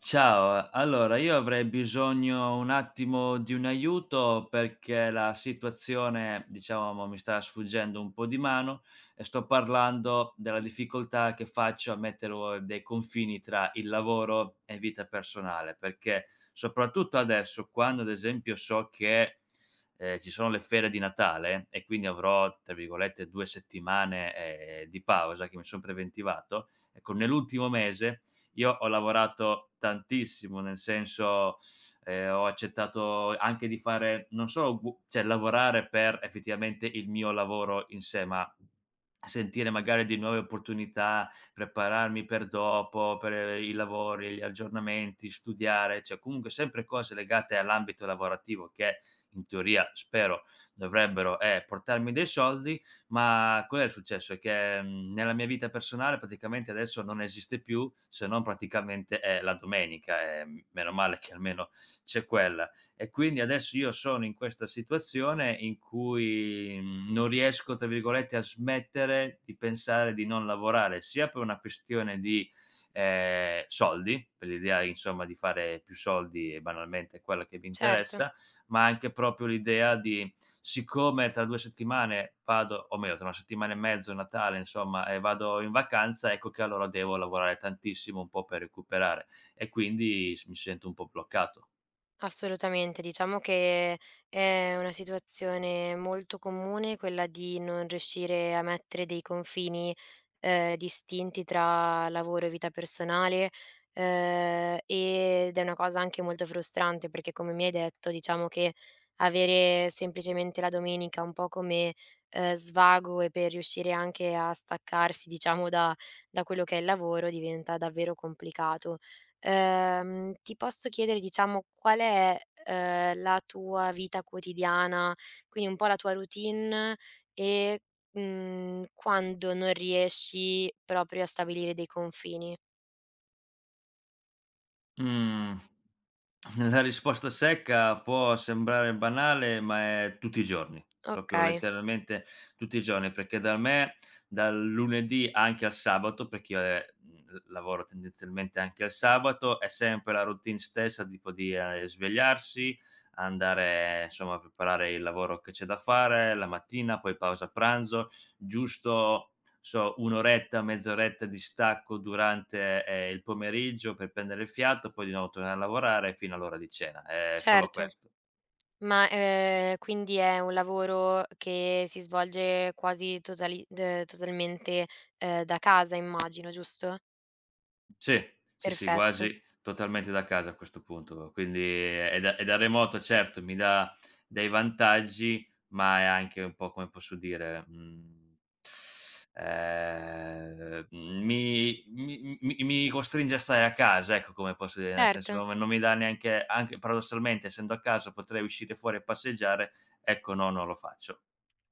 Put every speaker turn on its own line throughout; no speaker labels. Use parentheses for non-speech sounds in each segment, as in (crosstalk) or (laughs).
Ciao, allora io avrei bisogno un attimo di un aiuto perché la situazione, diciamo, mi sta sfuggendo un po' di mano e sto parlando della difficoltà che faccio a mettere dei confini tra il lavoro e vita personale, perché soprattutto adesso, quando ad esempio so che ci sono le ferie di Natale e quindi avrò, tra virgolette, due settimane di pausa che mi sono preventivato, ecco. Nell'ultimo mese io ho lavorato tantissimo, nel senso, ho accettato anche di fare non solo gu cioè lavorare per effettivamente il mio lavoro in sé, ma sentire magari di nuove opportunità, prepararmi per dopo, per i lavori, gli aggiornamenti, studiare, cioè comunque sempre cose legate all'ambito lavorativo che in teoria spero dovrebbero, portarmi dei soldi, ma qual è il successo? È che, nella mia vita personale praticamente adesso non esiste più, se non praticamente, la domenica, e m meno male che almeno c'è quella. E quindi adesso io sono in questa situazione in cui, non riesco, tra virgolette, a smettere di pensare di non lavorare, sia per una questione di, soldi, per l'idea insomma di fare più soldi e banalmente è quella che mi
Certo,
interessa, ma anche proprio l'idea di siccome tra 2 settimane vado o meglio tra 1 settimana e mezzo, Natale insomma, vado in vacanza, ecco che allora devo lavorare tantissimo un po' per recuperare e quindi s mi sento un po' bloccato.
assolutamente. Diciamo che è una situazione molto comune quella di non riuscire a mettere dei confini, distinti tra lavoro e vita personale, ed è una cosa anche molto frustrante perché, come mi hai detto, diciamo che avere semplicemente la domenica un po' come, svago e per riuscire anche a staccarsi, diciamo, da da quello che è il lavoro diventa davvero complicato. Ti posso chiedere, diciamo, qual è, la tua vita quotidiana, quindi un po' la tua routine e, quando non riesci proprio a stabilire dei confini?
Mh. La risposta secca può sembrare banale, ma è tutti i giorni, proprio
Okay,
letteralmente tutti i giorni, perché da me dal lunedì anche al sabato, perché io, l lavoro tendenzialmente anche al sabato, è sempre la routine stessa tipo di, svegliarsi, andare insomma a preparare il lavoro che c'è da fare la mattina, poi pausa pranzo, giusto un'oretta, mezz'oretta di stacco durante, il pomeriggio per prendere il fiato, poi di nuovo tornare a lavorare fino all'ora di cena. È solo
certo.
questo.
Ma, quindi è un lavoro che si svolge quasi totali d totalmente, da casa immagino, giusto?
Sì, sì, sì,
Perfetto,
quasi totalmente da casa a questo punto. Quindi è da remoto certo, mi dà dei vantaggi, ma è anche un po' come posso dire, mi costringe a stare a casa, ecco, come posso dire, nel senso
certo.
non mi dà neanche anche paradossalmente essendo a casa potrei uscire fuori e passeggiare, ecco no, non lo faccio.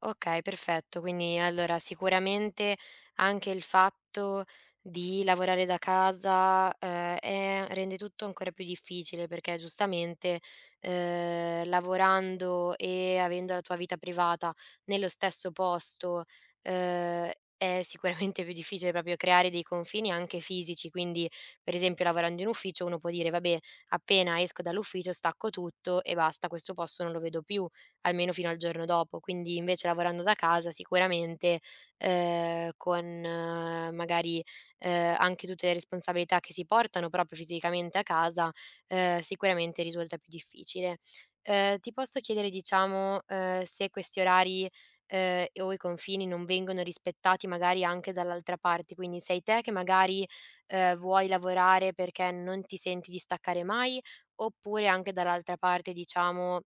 Okay, perfetto. Quindi allora sicuramente anche il fatto di lavorare da casa, è rende tutto ancora più difficile perché giustamente, lavorando e avendo la tua vita privata nello stesso posto, ehm, è sicuramente più difficile proprio creare dei confini anche fisici. Quindi, per esempio, lavorando in ufficio uno può dire: "Vabbè, appena esco dall'ufficio stacco tutto e basta, questo posto non lo vedo più." almeno fino al giorno dopo. Quindi invece lavorando da casa sicuramente, con magari, anche tutte le responsabilità che si portano proprio fisicamente a casa, sicuramente risulta più difficile. Ti posso chiedere diciamo, se questi orari, o i confini non vengono rispettati magari anche dall'altra parte, quindi sei te che magari, vuoi lavorare perché non ti senti di staccare mai, oppure anche dall'altra parte diciamo,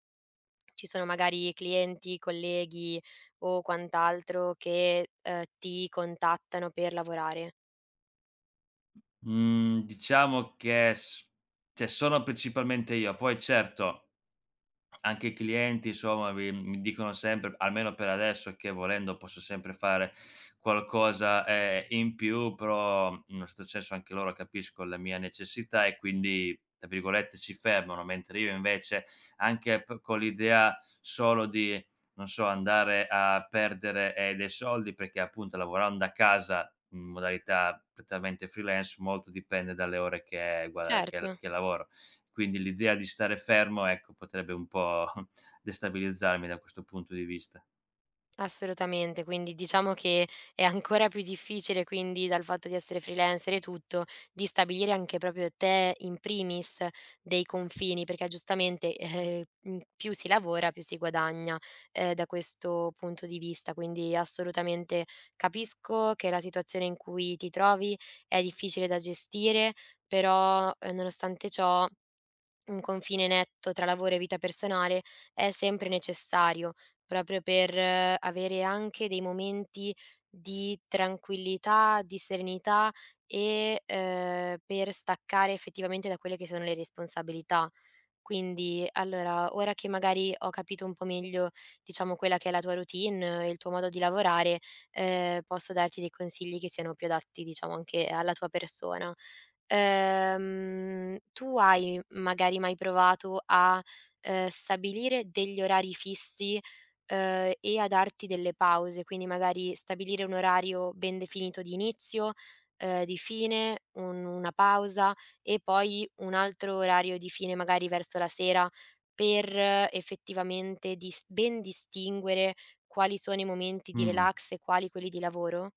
ci sono magari clienti, colleghi o quant'altro che, ti contattano per lavorare.
Mhmm, diciamo che s cioè sono principalmente io, poi certo. Anche i clienti insomma mi dicono sempre, almeno per adesso, che volendo posso sempre fare qualcosa, in più, però in un certo senso anche loro capiscono la mia necessità e quindi, tra virgolette, "si fermano", mentre io invece anche p con l'idea solo di, non so, andare a perdere, dei soldi perché appunto lavorando a casa in modalità prettamente freelance molto dipende dalle ore che gua
Certo.
che lavoro. Quindi l'idea di stare fermo, ecco, potrebbe un po' (laughs) destabilizzarmi da questo punto di vista.
Assolutamente, quindi diciamo che è ancora più difficile, quindi dal fatto di essere freelancer e tutto, di stabilire anche proprio te in primis dei confini, perché giustamente più si lavora, più si guadagna da questo punto di vista. Quindi assolutamente capisco che la situazione in cui ti trovi è difficile da gestire, però nonostante ciò un confine netto tra lavoro e vita personale è sempre necessario, proprio per avere anche dei momenti di tranquillità, di serenità e, per staccare effettivamente da quelle che sono le responsabilità. Quindi, allora, ora che magari ho capito un po' meglio, diciamo, quella che è la tua routine e il tuo modo di lavorare, posso darti dei consigli che siano più adatti, diciamo, anche alla tua persona. Tu hai magari mai provato a, stabilire degli orari fissi, e a darti delle pause, quindi magari stabilire un orario ben definito di inizio, di fine, un una pausa e poi un altro orario di fine magari verso la sera per effettivamente dis ben distinguere quali sono i momenti di
Mh.
relax e quali quelli di lavoro?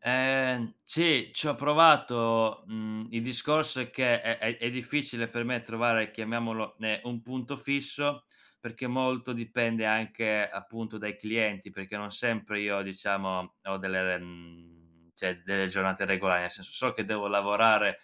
Sì, ci ho provato. Mhmm, il discorso è che è difficile per me trovare, chiamiamolo, un punto fisso, perché molto dipende anche, appunto, dai clienti, perché non sempre io, diciamo, ho delle cioè delle giornate regolari, nel senso so che devo lavorare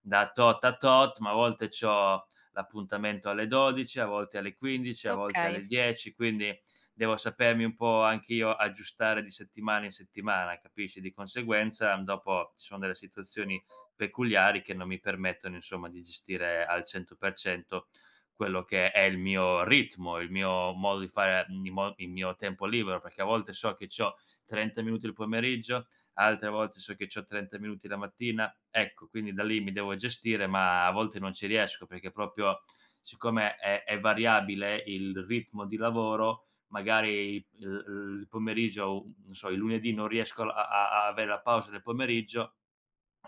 da tot a tot, ma a volte c'ho l'appuntamento alle 12, a volte alle 15, a volte
Okay.
alle 10, quindi devo sapermi un po' anche io aggiustare di settimana in settimana, capisci? Di conseguenza, dopo ci sono delle situazioni peculiari che non mi permettono, insomma, di gestire al 100% quello che è il mio ritmo, il mio modo di fare, il mio tempo libero, perché a volte so che c'ho 30 minuti il pomeriggio, altre volte so che c'ho 30 minuti la mattina. Ecco, quindi da lì mi devo gestire, ma a volte non ci riesco perché proprio siccome è variabile il ritmo di lavoro, magari il pomeriggio, non so, il lunedì non riesco a avere la pausa del pomeriggio,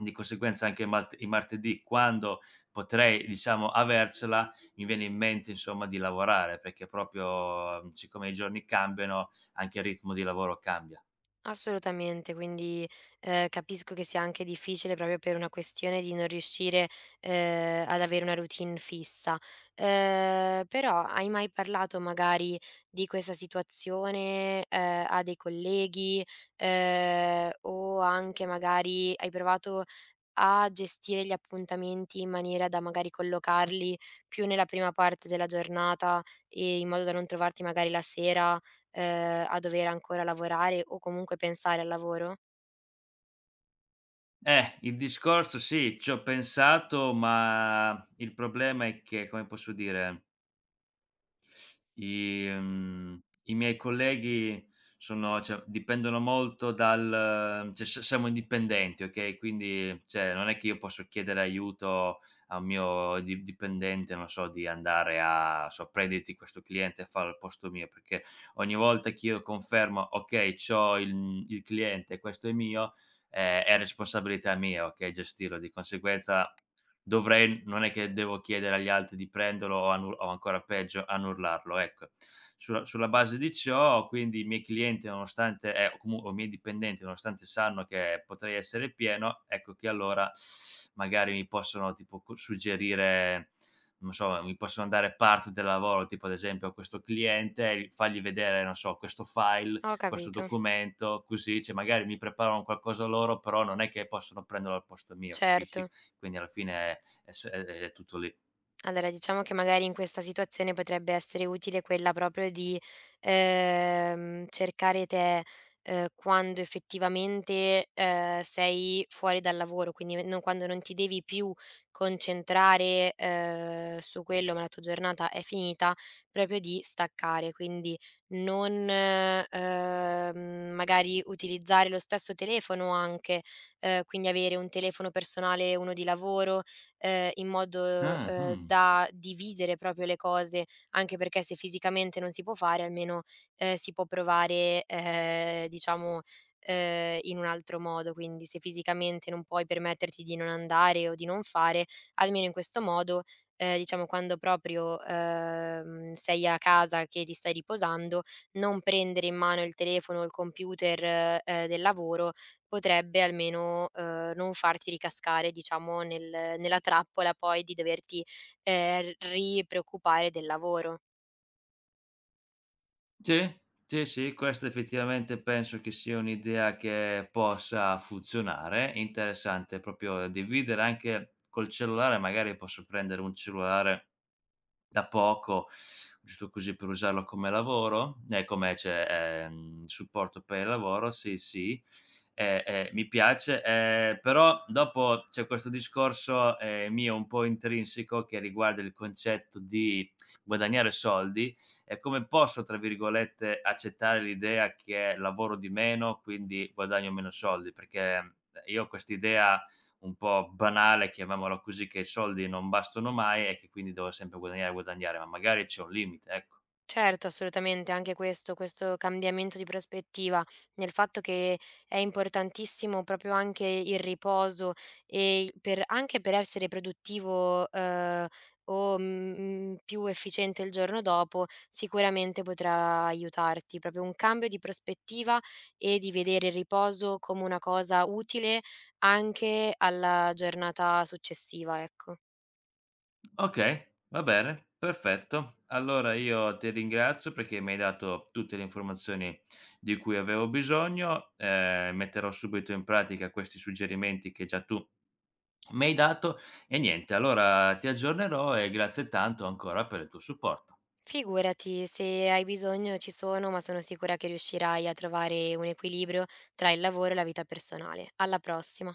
di conseguenza anche il martedì quando potrei, diciamo, avercela, mi viene in mente insomma di lavorare, perché proprio, siccome i giorni cambiano, anche il ritmo di lavoro cambia.
Assolutamente, quindi, capisco che sia anche difficile proprio per una questione di non riuscire, ad avere una routine fissa. Però hai mai parlato magari di questa situazione, a dei colleghi, o anche magari hai provato a gestire gli appuntamenti in maniera da magari collocarli più nella prima parte della giornata e in modo da non trovarti magari la sera, a dover ancora lavorare o comunque pensare al lavoro?
Il discorso sì, ci ho pensato, ma il problema è che, come posso dire I i miei colleghi sono cioè, dipendono molto dal cioè, s siamo indipendenti, okay, quindi, cioè, non è che io posso chiedere aiuto a un mio di dipendente, non so, di andare a so: "Prenditi questo cliente e fallo al posto mio", perché ogni volta che io confermo: "Okay, c'ho il il cliente, questo è mio", è responsabilità mia, okay, gestirlo. Di conseguenza dovrei non è che devo chiedere agli altri di prenderlo o annu o ancora peggio annullarlo, ecco. Sulla base di ciò, quindi i miei clienti nonostante o comu o i miei dipendenti nonostante sanno che potrei essere pieno, ecco che allora magari mi possono tipo co suggerire, non so, mi possono dare parte del lavoro, tipo ad esempio a questo cliente, il fargli vedere, non so, questo file,
Ho
questo
capito,
documento, così, cioè magari mi preparano qualcosa loro, però non è che possono prenderlo al posto mio, capisci?
certo.
Quindi alla fine è s è tutto lì.
Allora, diciamo che magari in questa situazione potrebbe essere utile quella proprio di, cercare te, quando effettivamente, sei fuori dal lavoro, quindi v non quando non ti devi più concentrare, su quello, ma la tua giornata è finita, proprio di staccare. Quindi non, magari utilizzare lo stesso telefono anche, quindi avere un telefono personale e uno di lavoro, in modo,
Mh-mh.
da dividere proprio le cose, anche perché se fisicamente non si può fare almeno, si può provare, diciamo, in un altro modo. Quindi se fisicamente non puoi permetterti di non andare o di non fare, almeno in questo modo, diciamo quando proprio, sei a casa che ti stai riposando, non prendere in mano il telefono o il computer, del lavoro, potrebbe almeno, non farti ricascare, diciamo, nel nella trappola poi di doverti, r ripreoccupare del lavoro.
Sì, sì, sì, questo effettivamente penso che sia un'idea che possa funzionare. È interessante proprio da dividere anche col cellulare, magari posso prendere un cellulare da poco, giusto così per usarlo come lavoro, come cioè, supporto per il lavoro, sì, sì, mi piace, però dopo c'è questo discorso mio un po' intrinseco che riguarda il concetto di guadagnare soldi e come posso, tra virgolette, accettare l'idea che lavoro di meno, quindi guadagno meno soldi? Perché io ho quest'idea un po' banale, chiamiamola così, che i soldi non bastano mai e che quindi devo sempre guadagnare, guadagnare, ma magari c'è un limite, ecco.
Certo, assolutamente, anche questo cambiamento di prospettiva, nel fatto che è importantissimo proprio anche il riposo e il per anche per essere produttivo, o, più efficiente il giorno dopo, sicuramente potrà aiutarti. Proprio un cambio di prospettiva e di vedere il riposo come una cosa utile anche alla giornata successiva, ecco.
Okay, va bene, perfetto. Allora io ti ringrazio perché mi hai dato tutte le informazioni di cui avevo bisogno, metterò subito in pratica questi suggerimenti che già tu mi hai dato e niente, allora ti aggiornerò e grazie tanto ancora per il tuo supporto.
Figurati, se hai bisogno ci sono, ma sono sicura che riuscirai a trovare un equilibrio tra il lavoro e la vita personale. Alla prossima.